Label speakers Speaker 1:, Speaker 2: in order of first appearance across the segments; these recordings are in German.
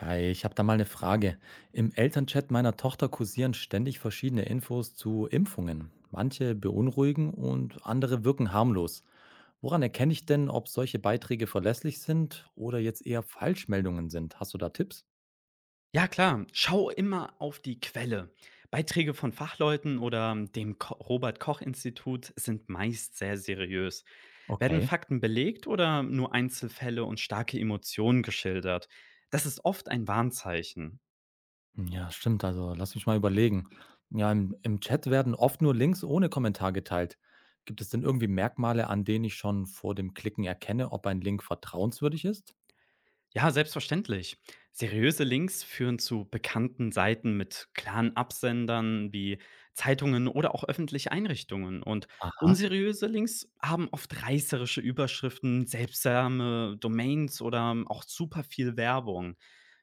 Speaker 1: Hi, ich habe da mal eine Frage. Im Elternchat meiner Tochter kursieren ständig verschiedene Infos zu Impfungen. Manche beunruhigen und andere wirken harmlos. Woran erkenne ich denn, ob solche Beiträge verlässlich sind oder jetzt eher Falschmeldungen sind? Hast du da Tipps?
Speaker 2: Ja klar, schau immer auf die Quelle. Beiträge von Fachleuten oder dem Ko Robert Koch Institut sind meist sehr seriös. Werden
Speaker 1: Okay.
Speaker 2: Fakten belegt oder nur Einzelfälle und starke Emotionen geschildert? Das ist oft ein Warnzeichen.
Speaker 1: Ja, stimmt. Also lass mich mal überlegen. Ja, im Chat werden oft nur Links ohne Kommentar geteilt. Gibt es denn irgendwie Merkmale, an denen ich schon vor dem Klicken erkenne, ob ein Link vertrauenswürdig ist?
Speaker 2: Ja, selbstverständlich. Seriöse Links führen zu bekannten Seiten mit klaren Absendern wie Zeitungen oder auch öffentliche Einrichtungen. Und
Speaker 1: Aha,
Speaker 2: unseriöse Links haben oft reißerische Überschriften, seltsame Domains oder auch super viel Werbung.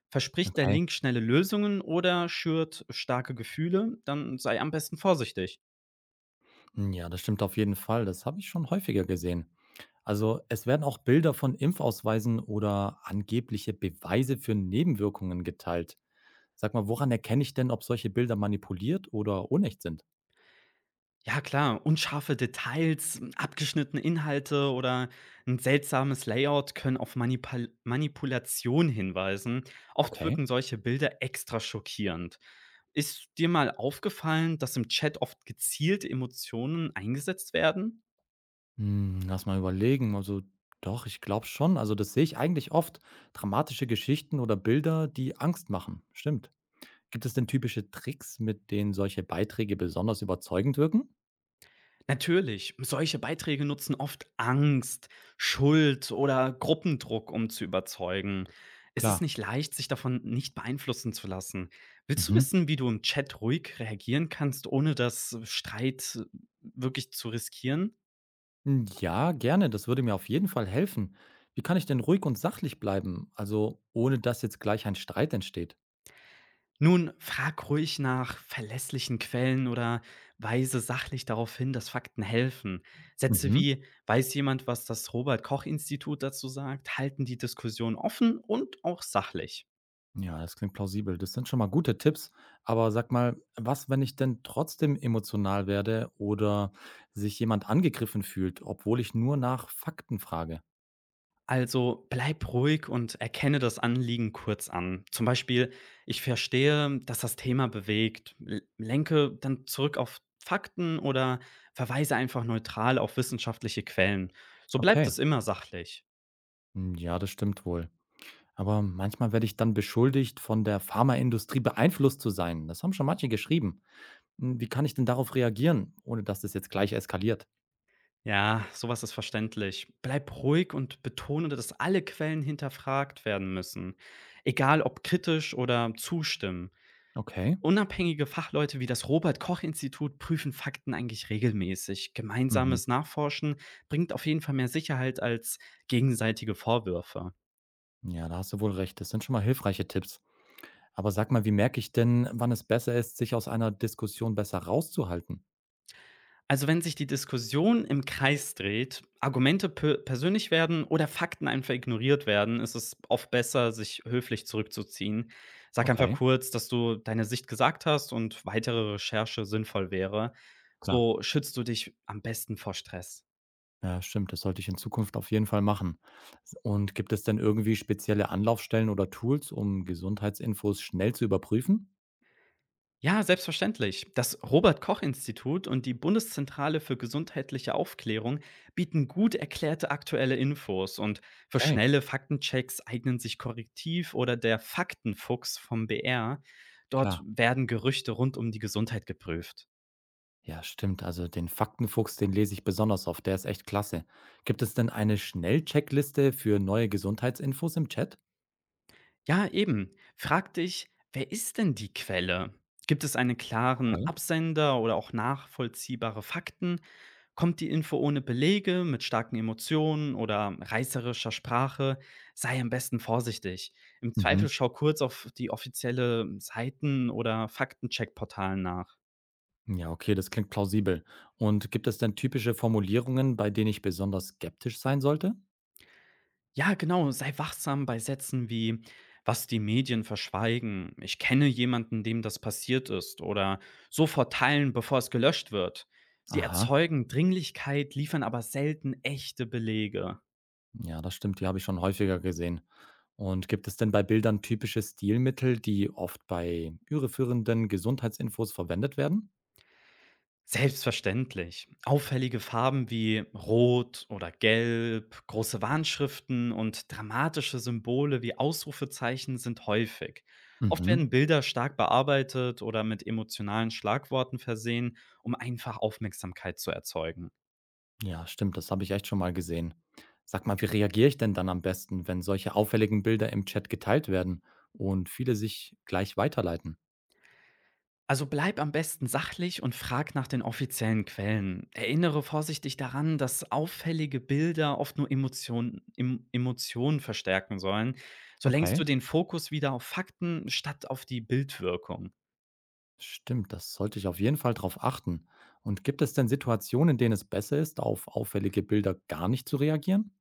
Speaker 2: Verspricht der
Speaker 1: okay.
Speaker 2: Link schnelle Lösungen oder schürt starke Gefühle, dann sei am besten vorsichtig.
Speaker 1: Hm, ja, das stimmt auf jeden Fall. Das habe ich schon häufiger gesehen. Also es werden auch Bilder von Impfausweisen oder angebliche Beweise für Nebenwirkungen geteilt. Sag mal, woran erkenne ich denn, ob solche Bilder manipuliert oder unecht sind?
Speaker 2: Ja klar, unscharfe Details, hm, abgeschnittene Inhalte oder ein seltsames Layout können auf Manipal Manipulation hinweisen. Oft
Speaker 1: Okay.
Speaker 2: wirken solche Bilder extra schockierend. Ist dir mal aufgefallen, dass im Chat oft gezielt Emotionen eingesetzt werden?
Speaker 1: Hm, lass mal überlegen. Also doch, ich glaube schon. Also das sehe ich eigentlich oft. Dramatische Geschichten oder Bilder, die Angst machen. Stimmt. Gibt es denn typische Tricks, mit denen solche Beiträge besonders überzeugend wirken?
Speaker 2: Natürlich, solche Beiträge nutzen oft Angst, Schuld oder Gruppendruck, um zu überzeugen. Es ist
Speaker 1: Klar.
Speaker 2: nicht leicht, sich davon nicht beeinflussen zu lassen. Willst du
Speaker 1: Mhm.
Speaker 2: wissen, wie du im Chat ruhig reagieren kannst, ohne das Streit wirklich zu riskieren?
Speaker 1: Hm, ja, gerne, das würde mir auf jeden Fall helfen. Wie kann ich denn ruhig und sachlich bleiben, also ohne dass jetzt gleich ein Streit entsteht?
Speaker 2: Nun, frag ruhig nach verlässlichen Quellen oder weise sachlich darauf hin, dass Fakten helfen. Sätze
Speaker 1: Mhm.
Speaker 2: wie, weiß jemand, was das Robert Koch Institut dazu sagt, halten die Diskussion offen und auch sachlich.
Speaker 1: Ja, das klingt plausibel. Das sind schon mal gute Tipps. Aber sag mal, was, wenn ich denn trotzdem emotional werde oder sich jemand angegriffen fühlt, obwohl ich nur nach Fakten frage?
Speaker 2: Also bleib ruhig und erkenne das Anliegen kurz an. Zum Beispiel, ich verstehe, dass das Thema bewegt. Lenke dann zurück auf Fakten oder verweise einfach neutral auf wissenschaftliche Quellen. So bleibt
Speaker 1: Okay.
Speaker 2: es immer sachlich.
Speaker 1: Hm, ja, das stimmt wohl. Aber manchmal werde ich dann beschuldigt, von der Pharmaindustrie beeinflusst zu sein. Das haben schon manche geschrieben. Hm, wie kann ich denn darauf reagieren, ohne dass das jetzt gleich eskaliert?
Speaker 2: Ja, sowas ist verständlich. Bleib ruhig und betone, dass alle Quellen hinterfragt werden müssen. Egal ob kritisch oder zustimmend.
Speaker 1: Okay.
Speaker 2: Unabhängige Fachleute wie das Robert-Koch-Institut prüfen Fakten eigentlich regelmäßig.
Speaker 1: Mhm.
Speaker 2: Gemeinsames Nachforschen bringt auf jeden Fall mehr Sicherheit als gegenseitige Vorwürfe.
Speaker 1: Ja, da hast du wohl recht. Das sind schon mal hilfreiche Tipps. Aber sag mal, wie merke ich denn, wann es besser ist, sich aus einer Diskussion besser rauszuhalten?
Speaker 2: Also wenn sich die Diskussion im Kreis dreht, Argumente pe persönlich werden oder Fakten einfach ignoriert werden, ist es oft besser, sich höflich zurückzuziehen. Sag einfach
Speaker 1: Okay,
Speaker 2: kurz, dass du deine Sicht gesagt hast und weitere Recherche sinnvoll wäre.
Speaker 1: klar.
Speaker 2: So schützt du dich am besten vor Stress.
Speaker 1: Ja, stimmt. Das sollte ich in Zukunft auf jeden Fall machen. Und gibt es denn irgendwie spezielle Anlaufstellen oder Tools, um Gesundheitsinfos schnell zu überprüfen?
Speaker 2: Ja, selbstverständlich. Das Robert Koch Institut und die Bundeszentrale für gesundheitliche Aufklärung bieten gut erklärte aktuelle Infos und für
Speaker 1: Okay,
Speaker 2: schnelle Faktenchecks eignen sich Korrektiv oder der Faktenfuchs vom BR. Dort
Speaker 1: klar.
Speaker 2: werden Gerüchte rund um die Gesundheit geprüft.
Speaker 1: Ja, stimmt. Also den Faktenfuchs, den lese ich besonders oft. Der ist echt klasse. Gibt es denn eine Schnellcheckliste für neue Gesundheitsinfos im Chat?
Speaker 2: Ja, eben. Frag dich, wer ist denn die Quelle? Gibt es einen klaren
Speaker 1: Okay.
Speaker 2: Absender oder auch nachvollziehbare Fakten? Kommt die Info ohne Belege, mit starken Emotionen oder reißerischer Sprache? Sei am besten vorsichtig. Im
Speaker 1: Mhm.
Speaker 2: Zweifel schau kurz auf die offizielle Seiten oder Faktencheckportalen nach.
Speaker 1: Ja, okay, das klingt plausibel. Und gibt es denn typische Formulierungen, bei denen ich besonders skeptisch sein sollte?
Speaker 2: Ja, genau, sei wachsam bei Sätzen wie „was die Medien verschweigen“, „ich kenne jemanden, dem das passiert ist“ oder „sofort teilen, bevor es gelöscht wird“. Sie
Speaker 1: Aha,
Speaker 2: erzeugen Dringlichkeit, liefern aber selten echte Belege.
Speaker 1: ja, das stimmt, die habe ich schon häufiger gesehen. Und gibt es denn bei Bildern typische Stilmittel, die oft bei irreführenden Gesundheitsinfos verwendet werden?
Speaker 2: Selbstverständlich. Auffällige Farben wie Rot oder Gelb, große Warnschriften und dramatische Symbole wie Ausrufezeichen sind häufig. Oft
Speaker 1: Mhm.
Speaker 2: werden Bilder stark bearbeitet oder mit emotionalen Schlagworten versehen, um einfach Aufmerksamkeit zu erzeugen.
Speaker 1: Ja, stimmt, das habe ich echt schon mal gesehen. Sag mal, wie reagiere ich denn dann am besten, wenn solche auffälligen Bilder im Chat geteilt werden und viele sich gleich weiterleiten?
Speaker 2: Also bleib am besten sachlich und frag nach den offiziellen Quellen. Erinnere vorsichtig daran, dass auffällige Bilder oft nur Emotionen verstärken sollen. So lenkst du
Speaker 1: Okay.
Speaker 2: den Fokus wieder auf Fakten statt auf die Bildwirkung.
Speaker 1: Stimmt, das sollte ich auf jeden Fall darauf achten. Und gibt es denn Situationen, in denen es besser ist, auf auffällige Bilder gar nicht zu reagieren?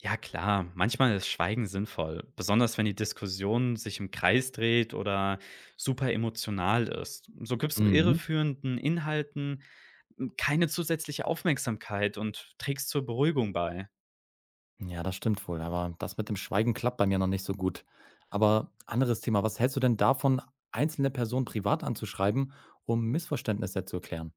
Speaker 2: Ja klar, manchmal ist Schweigen sinnvoll, besonders wenn die Diskussion sich im Kreis dreht oder super emotional ist. So gibst du
Speaker 1: Mhm.
Speaker 2: irreführenden Inhalten keine zusätzliche Aufmerksamkeit und trägst zur Beruhigung bei.
Speaker 1: Ja, das stimmt wohl, aber das mit dem Schweigen klappt bei mir noch nicht so gut. Aber anderes Thema, was hältst du denn davon, einzelne Personen privat anzuschreiben, um Missverständnisse zu erklären?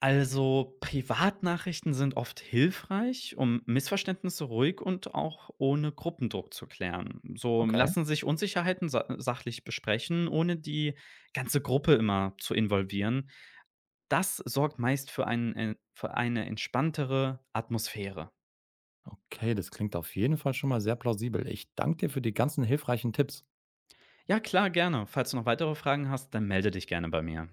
Speaker 2: Also, Privatnachrichten sind oft hilfreich, um Missverständnisse ruhig und auch ohne Gruppendruck zu klären. So
Speaker 1: Okay.
Speaker 2: lassen sich Unsicherheiten sa sachlich besprechen, ohne die ganze Gruppe immer zu involvieren. Das sorgt meist für eine entspanntere Atmosphäre.
Speaker 1: Okay, das klingt auf jeden Fall schon mal sehr plausibel. Ich danke dir für die ganzen hilfreichen Tipps.
Speaker 2: Ja, klar, gerne. Falls du noch weitere Fragen hast, dann melde dich gerne bei mir.